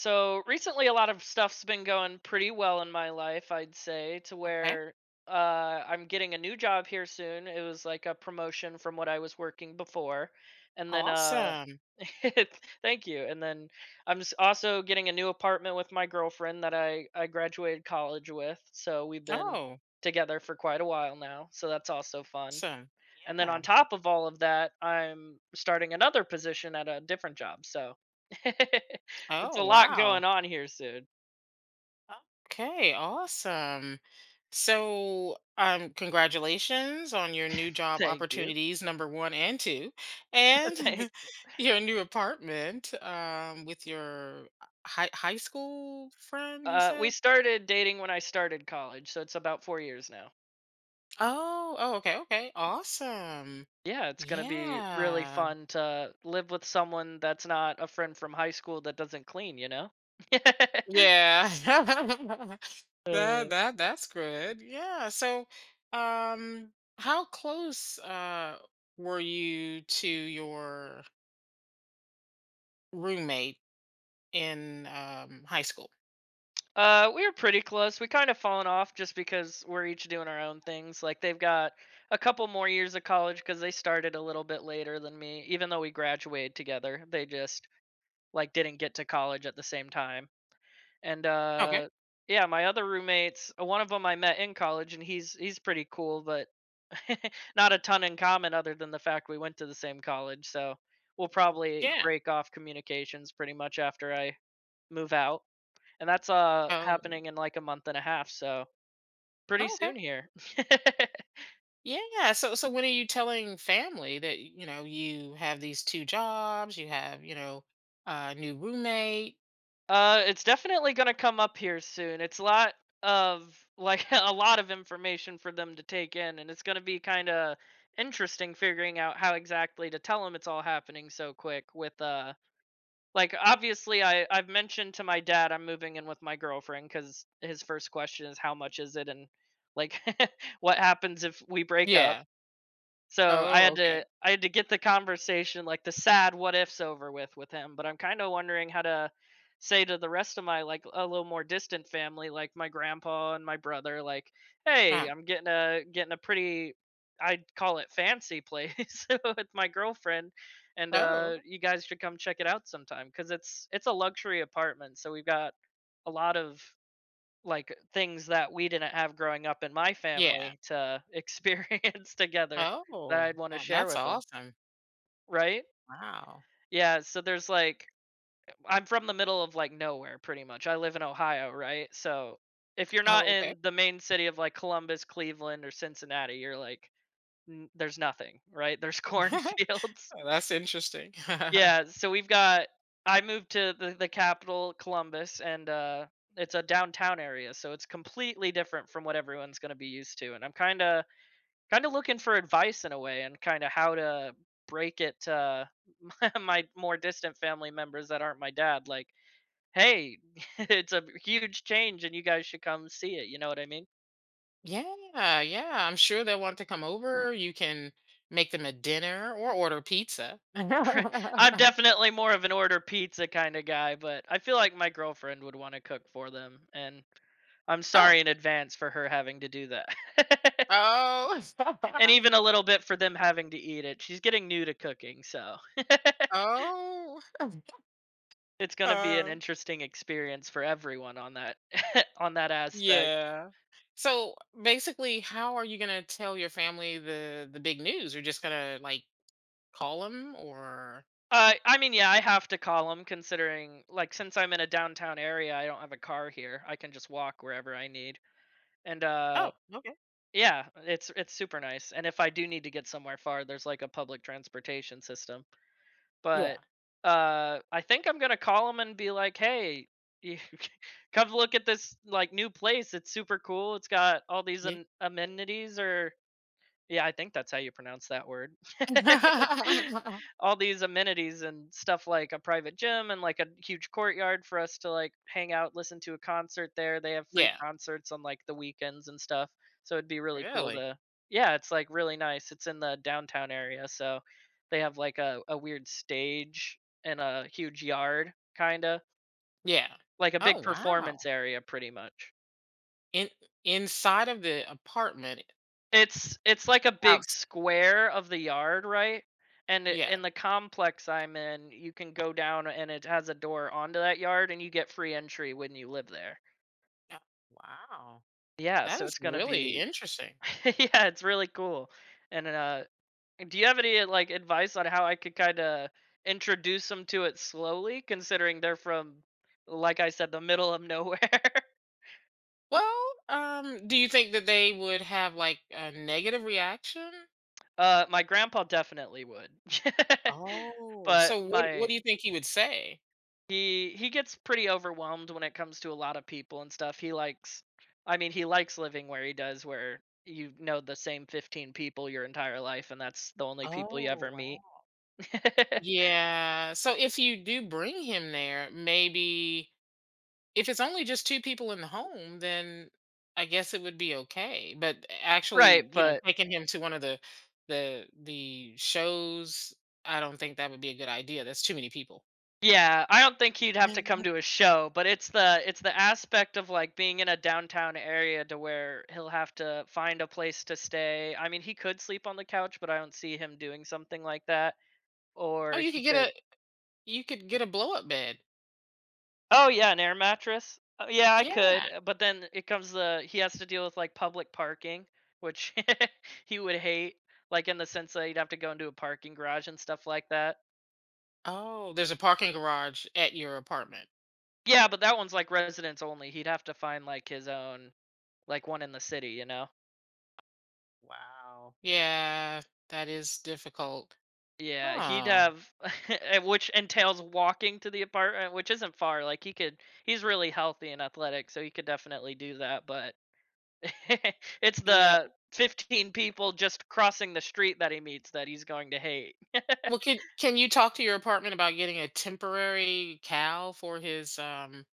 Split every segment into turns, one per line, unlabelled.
So recently, a lot of stuff's been going pretty well in my life, I'd say, to
Okay.
where uh, I'm getting a new job here soon. It was like a promotion from what I was working before, and then
Awesome.
thank you. And then also getting a new apartment with my girlfriend that I graduated college with. So we've been
Oh,
together for quite a while now. So that's also fun.
awesome.
And then
Yeah.
on top of all of that, I'm starting another position at a different job. So it's a
Oh,
lot
wow.
going on here soon.
Okay. Awesome. So, congratulations on your new job
Thank you.
opportunities, number one and two, and
Thanks.
your new apartment with your high school friend. You
We
said.
started dating when I started college, so it's about 4 years now.
Oh. Oh. Okay. Okay. Awesome.
Yeah, it's going to be really
Yeah.
fun to live with someone that's not a friend from high school that doesn't clean, you know?
Yeah. That
Uh,
that that's good. Yeah. So, how close were you to your roommate in high school?
We were pretty close. We kind of fallen off just because we're each doing our own things. Like they've got a couple more years of college because they started a little bit later than me. Even though we graduated together, they just like didn't get to college at the same time. And
Okay.
Yeah, my other roommates, one of them I met in college, and he's pretty cool, but not a ton in common other than the fact we went to the same college. So we'll probably
Yeah.
break off communications pretty much after I move out, and that's
Oh.
happening in like a month and a half, so pretty
Okay.
soon here.
Yeah. So when are you telling family that, you know, you have these two jobs, you have, you know, a new roommate?
It's definitely gonna come up here soon. It's a lot of like a lot of information for them to take in, and it's gonna be kind of interesting figuring out how exactly to tell them it's all happening so quick. With Like obviously I've mentioned to my dad I'm moving in with my girlfriend because his first question is how much is it, and like what happens if we break up?
Yeah.
So I
Oh,
had
okay.
to I had to get the conversation, like, the sad what ifs over with him, but I'm kind of wondering how to say to the rest of my, like, a little more distant family, like my grandpa and my brother, like, "Hey,
Uh,
I'm getting a pretty, I'd call it, fancy place with my girlfriend, and
oh,
you guys should come check it out sometime cuz it's a luxury apartment, so we've got a lot of like things that we didn't have growing up in my
yeah.
family to experience together that
Oh,
I'd want to share
that's
with them,
awesome.
right?"
Wow.
Yeah, so there's like, I'm from the middle of like nowhere pretty much. I live in Ohio, right? So if you're not
Oh, okay.
in the main city of like Columbus, Cleveland or Cincinnati, you're like there's nothing, right? There's cornfields.
That's interesting.
Yeah, so we've got, I moved to the capital, Columbus, and it's a downtown area, so it's completely different from what everyone's going to be used to. And I'm kind of looking for advice in a way and kind of how to break it to my more distant family members that aren't my dad, like, "Hey, it's a huge change and you guys should come see it." You know what I mean?
Yeah, yeah. I'm sure they'll want to come over. You can make them a dinner or order pizza.
I'm definitely more of an order pizza kind of guy, but I feel like my girlfriend would want to cook for them, and I'm
Oh,
sorry in advance for her having to do that.
oh,
And even a little bit for them having to eat it. She's getting new to cooking, so
oh.
it's going to be an
Uh,
interesting experience for everyone on that on that aspect.
yeah. So basically, how are you gonna tell your family the big news? You're just gonna like call them, or
I mean, yeah, I have to call them considering, like, since I'm in a downtown area, I don't have a car here. I can just walk wherever I need. And
oh, okay,
Yeah, it's super nice, and if I do need to get somewhere far, there's, like, a public transportation system,
yeah.
but, I think I'm gonna call them and be like, "Hey, you come look at this, like, new place, it's super cool, it's got all these
Yeah.
an amenities," or yeah, I think that's how you pronounce that word. All these amenities and stuff, like a private gym and like a huge courtyard for us to like hang out, listen to a concert there. They have free
Yeah,
concerts on like the weekends and stuff. So it'd be really cool
really,
to. Yeah, it's like really nice. It's in the downtown area, so they have like a weird stage and a huge yard, kinda.
yeah.
Like a
Oh,
big performance
wow.
area pretty much.
In Inside of the apartment,
It's like a
out
big square of the yard, right? And I
yeah,
in the complex I'm in, you can go down and it has a door onto that yard and you get free entry when you live there.
yeah. Wow,
Yeah,
that
so
is
it's gonna
really
be
interesting.
yeah, it's really cool. And, uh, do you have any, like, advice on how I could kinda introduce them to it slowly considering they're from, like I said, the middle of nowhere?
Well, do you think that they would have, like, a negative reaction?
My grandpa definitely would.
Oh,
But
so what
my,
do you think he would say?
He gets pretty overwhelmed when it comes to a lot of people and stuff. He likes, I mean, he likes living where he does where, you know, the same 15 people your entire life and that's the only people you
Oh,
ever meet.
wow. Yeah, so if you do bring him there, maybe if it's only just two people in the home, then I guess it would be okay. But
Right,
actually, you know,
but
taking him to one of the the shows, I don't think that would be a good idea. That's too many people.
yeah, I don't think he'd have to
Mhm.
come to a show, but it's the aspect of like being in a downtown area to where he'll have to find a place to stay. I mean, he could sleep on the couch, but I don't see him doing something like that.
Oh,
Or he could,
you could get a blow up bed.
oh yeah, an air mattress. Yeah, I
Yeah.
could, but then it comes the he has to deal with like public parking, which he would hate, like in the sense that he'd have to go into a parking garage and stuff like that.
Oh, there's a parking garage at your apartment.
Yeah, but that one's like residents only. He'd have to find like his own, like one in the city, you know.
Wow. Yeah, that is difficult.
Yeah, he'd
Huh.
have, and which entails walking to the apartment, which isn't far. Like he could, he's really healthy and athletic, so he could definitely do that. But it's
Yeah.
the 15 people just crossing the street that he meets that he's going to hate.
Well, can you talk to your apartment about getting a temporary cow for his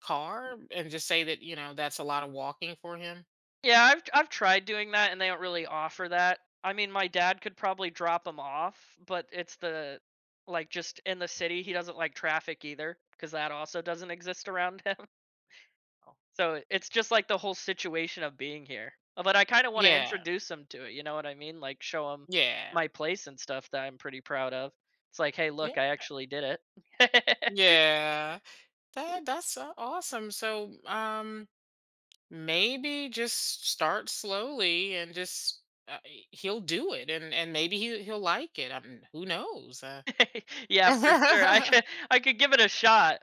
car and just say that, you know, that's a lot of walking for him.
Yeah, I've tried doing that and they don't really offer that. I mean, my dad could probably drop him off, but it's the, like, just in the city, he doesn't like traffic either because that also doesn't exist around him.
Oh.
So it's just like the whole situation of being here. But I kind of want to
Yeah.
introduce him to it, you know what I mean? Like show him
Yeah.
my place and stuff that I'm pretty proud of. It's like, "Hey,
Yeah.
look, I actually did it."
Yeah. That's awesome. So, maybe just start slowly and just he'll do it and maybe he'll like it. I mean, who knows?
Yeah, for sure. I could give it a shot.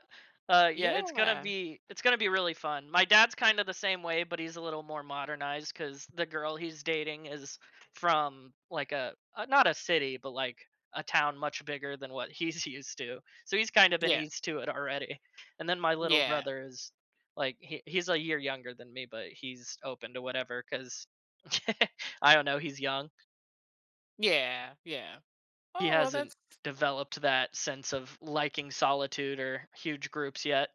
Yeah,
yeah.
it's gonna be really fun. My dad's kind of the same way, but he's a little more modernized because the girl he's dating is from like a not a city, but like a town much bigger than what he's used to. So he's kind of been
Yeah.
used to it already. And then my little
Yeah.
brother is like he's a year younger than me, but he's open to whatever because I don't know, he's young,
Yeah. Yeah.
he
Oh, well
hasn't
that's
developed that sense of liking solitude or huge groups yet.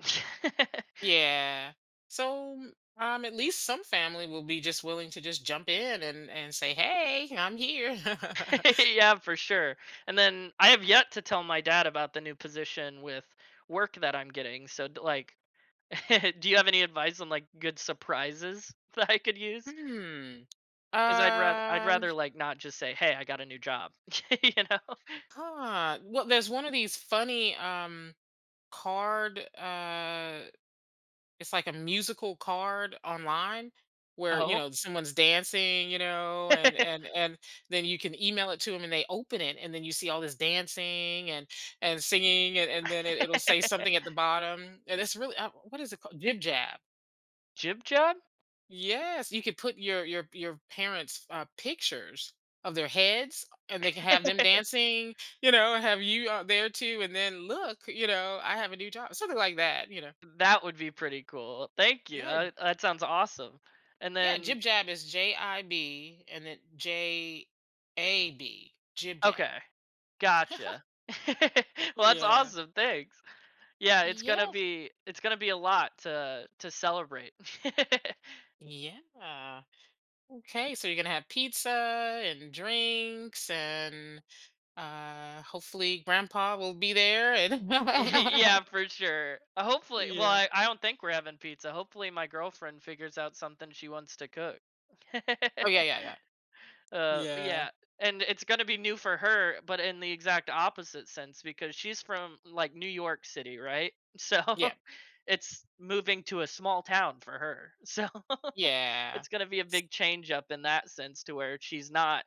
yeah. So, at least some family will be just willing to just jump in and say, "Hey, I'm here."
Yeah, for sure. And then I have yet to tell my dad about the new position with work that I'm getting. Like do you have any advice on like good surprises that I could use?
Hmm.
Cuz I'd
Um,
rather like not just say, "Hey, I got a new job." You know?
huh. Well, there's one of these funny card it's like a musical card online where, you
Oh.
know, someone's dancing, you know, and then you can email it to them and they open it and then you see all this dancing and singing, and then it'll say something at the bottom. And it's really what is it called? Jib jab.
Jib job?
Yes, you could put your parents' pictures of their heads, and they can have them dancing, you know, and have you out there too, and then look, you know, I have a new job, something like that, you know.
That would be pretty cool. Thank you.
Yeah,
That sounds awesome. And
yeah, Jib
then,
Jab is JIB and then JAB. Jib Jab.
okay, gotcha. Well, that's
Yeah.
awesome, thanks. Yeah,
Yeah.
it's gonna be a lot to celebrate.
Yeah. Okay, so you're gonna have pizza and drinks and hopefully grandpa will be there and
Yeah, for sure. Hopefully, well,
yeah.
I don't think we're having pizza. Hopefully, my girlfriend figures out something she wants to cook.
Oh yeah, yeah, yeah. Yeah.
Yeah, and it's gonna be new for her, but in the exact opposite sense because she's from, like, New York City, right? So,
Yeah.
it's moving to a small town for her, so
Yeah.
it's going to be a big change up in that sense to where she's not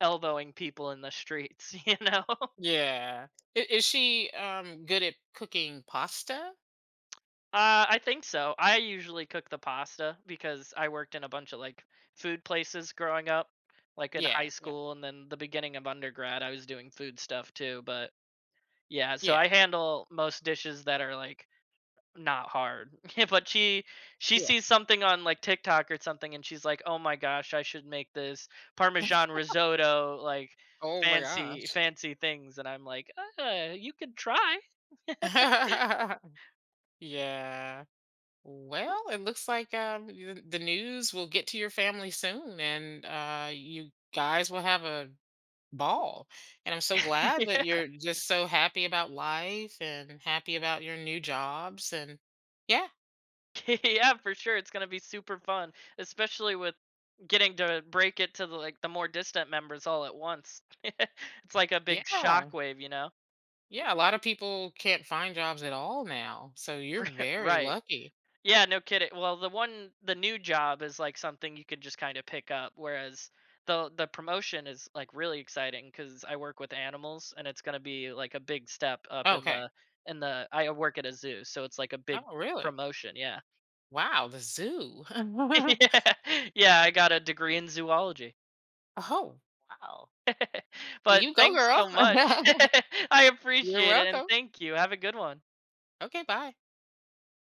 elbowing people in the streets, you know?
Yeah. Is she good at cooking pasta?
I think so. I usually cook the pasta because I worked in a bunch of like food places growing up, like in
Yeah.
high
Yeah.
school and then the beginning of undergrad, I was doing food stuff too. But yeah, so
Yeah.
I handle most dishes that are like not hard. But she
Yeah.
sees something on, like, TikTok or something, and she's like, "Oh my gosh, I should make this parmesan risotto," like,
Oh my
fancy
gosh.
fancy things, and I'm like, you could try."
Yeah. Well, it looks like the news will get to your family soon, and you guys will have a ball. And I'm so glad that
Yeah.
you're just so happy about life and happy about your new jobs. And yeah,
Yeah, for sure, it's gonna be super fun, especially with getting to break it to the, like, the more distant members all at once. It's like a big
yeah,
shockwave, you know?
yeah. A lot of people can't find jobs at all now, so you're very
Right.
lucky.
Yeah, no kidding. Well, the one, the new job is like something you can just kind of pick up whereas the promotion is like really exciting cuz I work with animals and it's going to be like a big step up in
Okay.
the, I work at a zoo, so it's like a big
Oh, really?
promotion, yeah.
Wow, the zoo.
Yeah. Yeah, I got a degree in zoology.
Oh, wow. Well,
But
you go,
thanks
girl.
so much. I
You're
appreciate it and
welcome.
thank you. Have a good one.
Okay, bye.